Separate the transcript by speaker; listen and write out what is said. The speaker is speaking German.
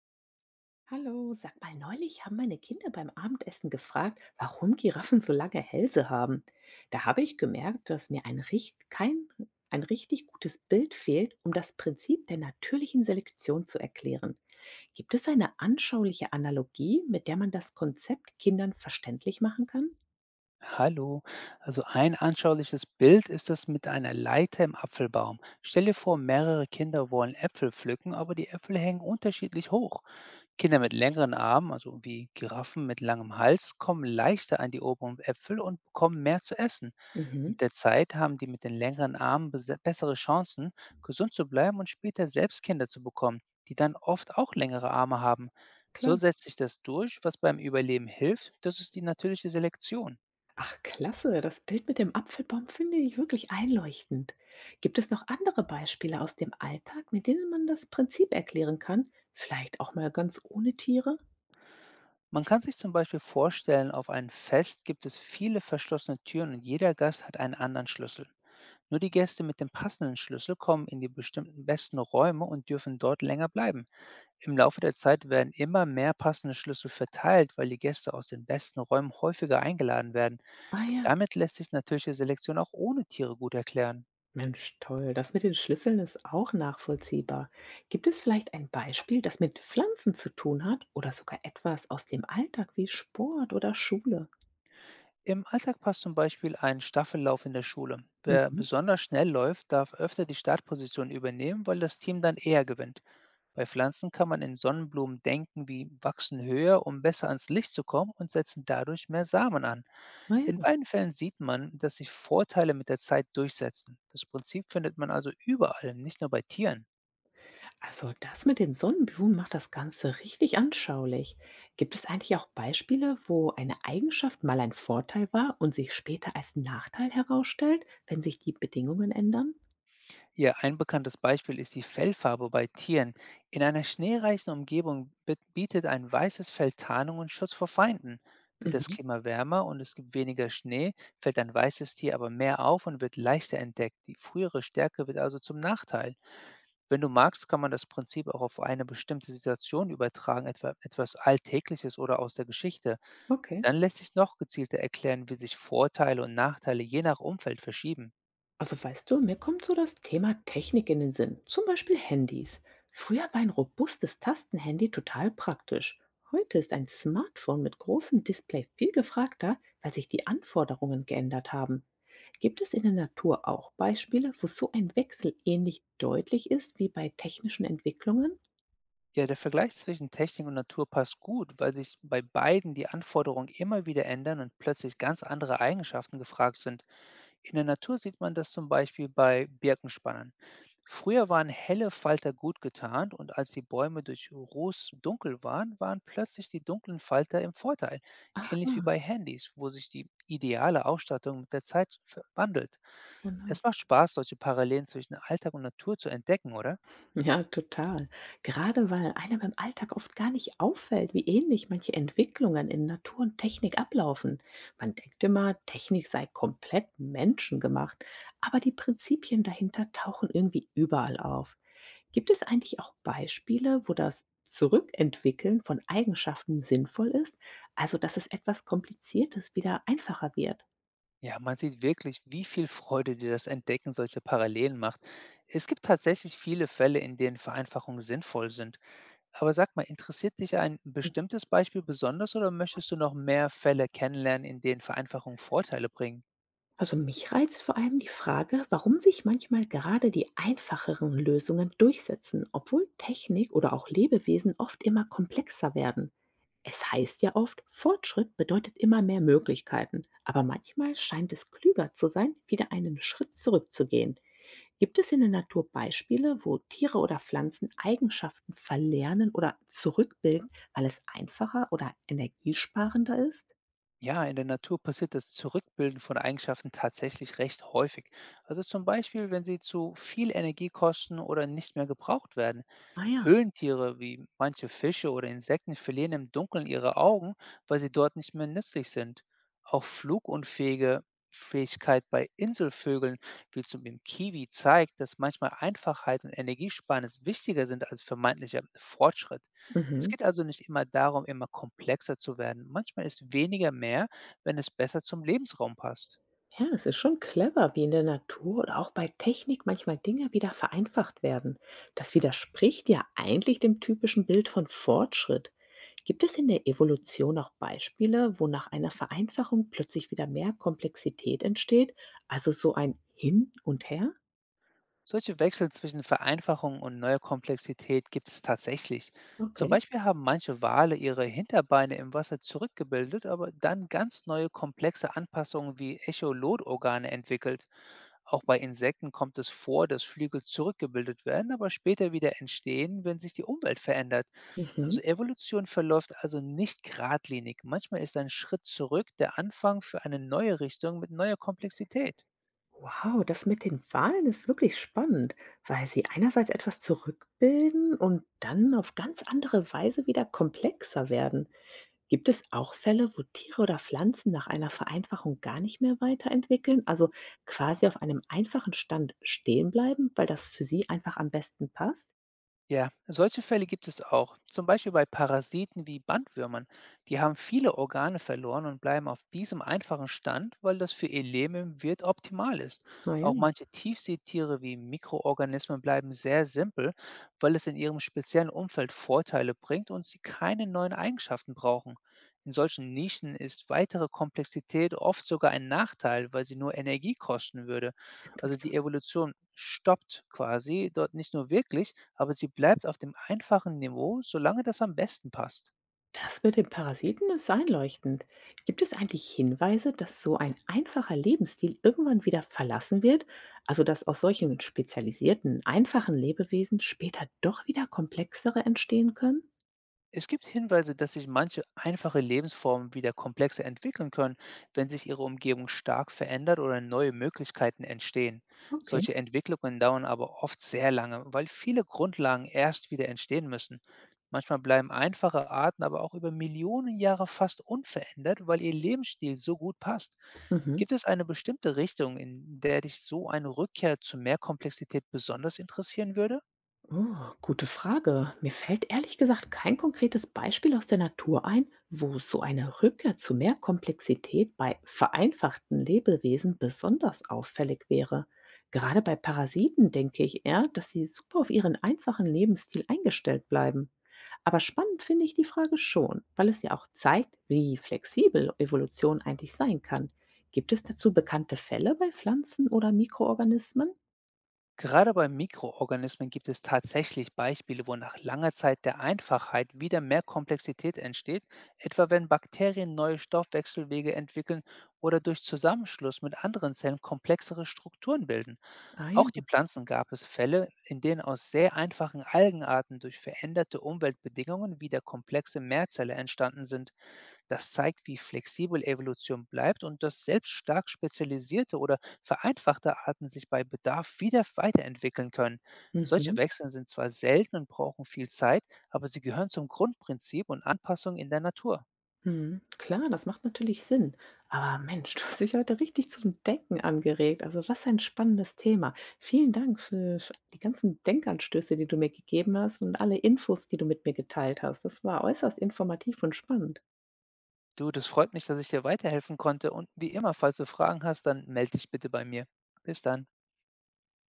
Speaker 1: Hallo, sag mal, neulich haben meine Kinder beim Abendessen gefragt, warum Giraffen so lange Hälse haben. Da habe ich gemerkt, dass mir ein, richt- kein, ein richtig gutes Bild fehlt, um das Prinzip der natürlichen Selektion zu erklären. Gibt es eine anschauliche Analogie, mit der man das Konzept Kindern verständlich machen kann?
Speaker 2: Hallo. Also ein anschauliches Bild ist das mit einer Leiter im Apfelbaum. Stell dir vor, mehrere Kinder wollen Äpfel pflücken, aber die Äpfel hängen unterschiedlich hoch. Kinder mit längeren Armen, also wie Giraffen mit langem Hals, kommen leichter an die oberen Äpfel und bekommen mehr zu essen.
Speaker 1: Mhm,
Speaker 2: Mit der Zeit haben die mit den längeren Armen bessere Chancen, gesund zu bleiben und später selbst Kinder zu bekommen, die dann oft auch längere Arme haben. So
Speaker 1: klar.
Speaker 2: setzt sich das durch, was beim Überleben hilft. Das ist die natürliche Selektion.
Speaker 1: Ach, klasse! Das Bild mit dem Apfelbaum finde ich wirklich einleuchtend. Gibt es noch andere Beispiele aus dem Alltag, mit denen man das Prinzip erklären kann? Vielleicht auch mal ganz ohne Tiere?
Speaker 2: Man kann sich zum Beispiel vorstellen, auf einem Fest gibt es viele verschlossene Türen und jeder Gast hat einen anderen Schlüssel. Nur die Gäste mit dem passenden Schlüssel kommen in die bestimmten besten Räume und dürfen dort länger bleiben. Im Laufe der Zeit werden immer mehr passende Schlüssel verteilt, weil die Gäste aus den besten Räumen häufiger eingeladen werden.
Speaker 1: Ah ja,
Speaker 2: Damit lässt sich natürliche Selektion auch ohne Tiere gut erklären.
Speaker 1: Mensch, toll. Das mit den Schlüsseln ist auch nachvollziehbar. Gibt es vielleicht ein Beispiel, das mit Pflanzen zu tun hat oder sogar etwas aus dem Alltag wie Sport oder Schule?
Speaker 2: Im Alltag passt zum Beispiel ein Staffellauf in der Schule. Wer
Speaker 1: Mhm.
Speaker 2: besonders schnell läuft, darf öfter die Startposition übernehmen, weil das Team dann eher gewinnt. Bei Pflanzen kann man in Sonnenblumen denken, wie wachsen höher, um besser ans Licht zu kommen und setzen dadurch mehr Samen an.
Speaker 1: Ah ja.
Speaker 2: In beiden Fällen sieht man, dass sich Vorteile mit der Zeit durchsetzen. Das Prinzip findet man also überall, nicht nur bei Tieren.
Speaker 1: Also das mit den Sonnenblumen macht das Ganze richtig anschaulich. Gibt es eigentlich auch Beispiele, wo eine Eigenschaft mal ein Vorteil war und sich später als Nachteil herausstellt, wenn sich die Bedingungen ändern?
Speaker 2: Hier ein bekanntes Beispiel ist die Fellfarbe bei Tieren. In einer schneereichen Umgebung bietet ein weißes Fell Tarnung und Schutz vor Feinden. Wird das
Speaker 1: Mhm.
Speaker 2: Klima wärmer und es gibt weniger Schnee, fällt ein weißes Tier aber mehr auf und wird leichter entdeckt. Die frühere Stärke wird also zum Nachteil. Wenn du magst, kann man das Prinzip auch auf eine bestimmte Situation übertragen, etwa etwas Alltägliches oder aus der Geschichte.
Speaker 1: Okay.
Speaker 2: Dann lässt sich noch gezielter erklären, wie sich Vorteile und Nachteile je nach Umfeld verschieben.
Speaker 1: Also weißt du, mir kommt so das Thema Technik in den Sinn, zum Beispiel Handys. Früher war ein robustes Tastenhandy total praktisch. Heute ist ein Smartphone mit großem Display viel gefragter, weil sich die Anforderungen geändert haben. Gibt es in der Natur auch Beispiele, wo so ein Wechsel ähnlich deutlich ist wie bei technischen Entwicklungen?
Speaker 2: Ja, der Vergleich zwischen Technik und Natur passt gut, weil sich bei beiden die Anforderungen immer wieder ändern und plötzlich ganz andere Eigenschaften gefragt sind. In der Natur sieht man das zum Beispiel bei Birkenspannern. Früher waren helle Falter gut getarnt und als die Bäume durch Ruß dunkel waren, waren plötzlich die dunklen Falter im Vorteil.
Speaker 1: Ah,
Speaker 2: Ähnlich wie bei Handys, wo sich die ideale Ausstattung mit der Zeit verwandelt.
Speaker 1: genau.
Speaker 2: Es macht Spaß, solche Parallelen zwischen Alltag und Natur zu entdecken, oder?
Speaker 1: Ja, total. Gerade weil einem im Alltag oft gar nicht auffällt, wie ähnlich manche Entwicklungen in Natur und Technik ablaufen. Man denkt immer, Technik sei komplett menschengemacht, aber die Prinzipien dahinter tauchen irgendwie überall auf. Gibt es eigentlich auch Beispiele, wo das Zurückentwickeln von Eigenschaften sinnvoll ist, also dass es etwas Kompliziertes wieder einfacher wird?
Speaker 2: Ja, man sieht wirklich, wie viel Freude dir das Entdecken solcher Parallelen macht. Es gibt tatsächlich viele Fälle, in denen Vereinfachungen sinnvoll sind. Aber sag mal, interessiert dich ein bestimmtes Beispiel besonders oder möchtest du noch mehr Fälle kennenlernen, in denen Vereinfachungen Vorteile bringen?
Speaker 1: Also mich reizt vor allem die Frage, warum sich manchmal gerade die einfacheren Lösungen durchsetzen, obwohl Technik oder auch Lebewesen oft immer komplexer werden. Es heißt ja oft, Fortschritt bedeutet immer mehr Möglichkeiten, aber manchmal scheint es klüger zu sein, wieder einen Schritt zurückzugehen. Gibt es in der Natur Beispiele, wo Tiere oder Pflanzen Eigenschaften verlernen oder zurückbilden, weil es einfacher oder energiesparender ist?
Speaker 2: Ja, in der Natur passiert das Zurückbilden von Eigenschaften tatsächlich recht häufig. Also zum Beispiel, wenn sie zu viel Energie kosten oder nicht mehr gebraucht werden.
Speaker 1: Ah ja.
Speaker 2: Höhlentiere wie manche Fische oder Insekten verlieren im Dunkeln ihre Augen, weil sie dort nicht mehr nützlich sind. Auch flugunfähige Fähigkeit bei Inselvögeln, wie zum Beispiel Kiwi, zeigt, dass manchmal Einfachheit und Energiesparnis wichtiger sind als vermeintlicher Fortschritt. Es
Speaker 1: Mhm.
Speaker 2: geht also nicht immer darum, immer komplexer zu werden. Manchmal ist weniger mehr, wenn es besser zum Lebensraum passt.
Speaker 1: Ja, es ist schon clever, wie in der Natur oder auch bei Technik manchmal Dinge wieder vereinfacht werden. Das widerspricht ja eigentlich dem typischen Bild von Fortschritt. Gibt es in der Evolution auch Beispiele, wo nach einer Vereinfachung plötzlich wieder mehr Komplexität entsteht? Also so ein Hin und Her?
Speaker 2: Solche Wechsel zwischen Vereinfachung und neuer Komplexität gibt es tatsächlich. Zum
Speaker 1: Okay.
Speaker 2: Beispiel haben manche Wale ihre Hinterbeine im Wasser zurückgebildet, aber dann ganz neue komplexe Anpassungen wie Echolotorgane entwickelt. Auch bei Insekten kommt es vor, dass Flügel zurückgebildet werden, aber später wieder entstehen, wenn sich die Umwelt verändert. Also
Speaker 1: Mhm.
Speaker 2: Evolution verläuft also nicht geradlinig. Manchmal ist ein Schritt zurück der Anfang für eine neue Richtung mit neuer Komplexität.
Speaker 1: Wow, das mit den Wahlen ist wirklich spannend, weil sie einerseits etwas zurückbilden und dann auf ganz andere Weise wieder komplexer werden. Gibt es auch Fälle, wo Tiere oder Pflanzen nach einer Vereinfachung gar nicht mehr weiterentwickeln, also quasi auf einem einfachen Stand stehen bleiben, weil das für sie einfach am besten passt?
Speaker 2: Ja, solche Fälle gibt es auch. Zum Beispiel bei Parasiten wie Bandwürmern. Die haben viele Organe verloren und bleiben auf diesem einfachen Stand, weil das für ihr Leben im Wirt optimal ist.
Speaker 1: Naja,
Speaker 2: Auch manche Tiefseetiere wie Mikroorganismen bleiben sehr simpel, weil es in ihrem speziellen Umfeld Vorteile bringt und sie keine neuen Eigenschaften brauchen. In solchen Nischen ist weitere Komplexität oft sogar ein Nachteil, weil sie nur Energie kosten würde. Also
Speaker 1: interessant.
Speaker 2: die Evolution stoppt quasi dort nicht nur wirklich, aber sie bleibt auf dem einfachen Niveau, solange das am besten passt.
Speaker 1: Das mit den Parasiten ist einleuchtend. Gibt es eigentlich Hinweise, dass so ein einfacher Lebensstil irgendwann wieder verlassen wird? Also dass aus solchen spezialisierten, einfachen Lebewesen später doch wieder komplexere entstehen können?
Speaker 2: Es gibt Hinweise, dass sich manche einfache Lebensformen wieder komplexer entwickeln können, wenn sich ihre Umgebung stark verändert oder neue Möglichkeiten entstehen.
Speaker 1: Okay.
Speaker 2: Solche Entwicklungen dauern aber oft sehr lange, weil viele Grundlagen erst wieder entstehen müssen. Manchmal bleiben einfache Arten aber auch über Millionen Jahre fast unverändert, weil ihr Lebensstil so gut passt.
Speaker 1: Mhm.
Speaker 2: Gibt es eine bestimmte Richtung, in der dich so eine Rückkehr zu mehr Komplexität besonders interessieren würde?
Speaker 1: Oh, gute Frage. Mir fällt ehrlich gesagt kein konkretes Beispiel aus der Natur ein, wo so eine Rückkehr zu mehr Komplexität bei vereinfachten Lebewesen besonders auffällig wäre. Gerade bei Parasiten denke ich eher, dass sie super auf ihren einfachen Lebensstil eingestellt bleiben. Aber spannend finde ich die Frage schon, weil es ja auch zeigt, wie flexibel Evolution eigentlich sein kann. Gibt es dazu bekannte Fälle bei Pflanzen oder Mikroorganismen?
Speaker 2: Gerade bei Mikroorganismen gibt es tatsächlich Beispiele, wo nach langer Zeit der Einfachheit wieder mehr Komplexität entsteht, etwa wenn Bakterien neue Stoffwechselwege entwickeln oder durch Zusammenschluss mit anderen Zellen komplexere Strukturen bilden.
Speaker 1: Ah ja.
Speaker 2: Auch die Pflanzen gab es Fälle, in denen aus sehr einfachen Algenarten durch veränderte Umweltbedingungen wieder komplexe Mehrzelle entstanden sind. Das zeigt, wie flexibel Evolution bleibt und dass selbst stark spezialisierte oder vereinfachte Arten sich bei Bedarf wieder weiterentwickeln können. Solche
Speaker 1: Mhm.
Speaker 2: Wechsel sind zwar selten und brauchen viel Zeit, aber sie gehören zum Grundprinzip und Anpassung in der Natur.
Speaker 1: Mhm, klar, das macht natürlich Sinn. Aber Mensch, du hast mich heute richtig zum Denken angeregt. Also was ein spannendes Thema. Vielen Dank für die ganzen Denkanstöße, die du mir gegeben hast, und alle Infos, die du mit mir geteilt hast. Das war äußerst informativ und spannend.
Speaker 2: Du, das freut mich, dass ich dir weiterhelfen konnte und wie immer, falls du Fragen hast, dann melde dich bitte bei mir. Bis dann.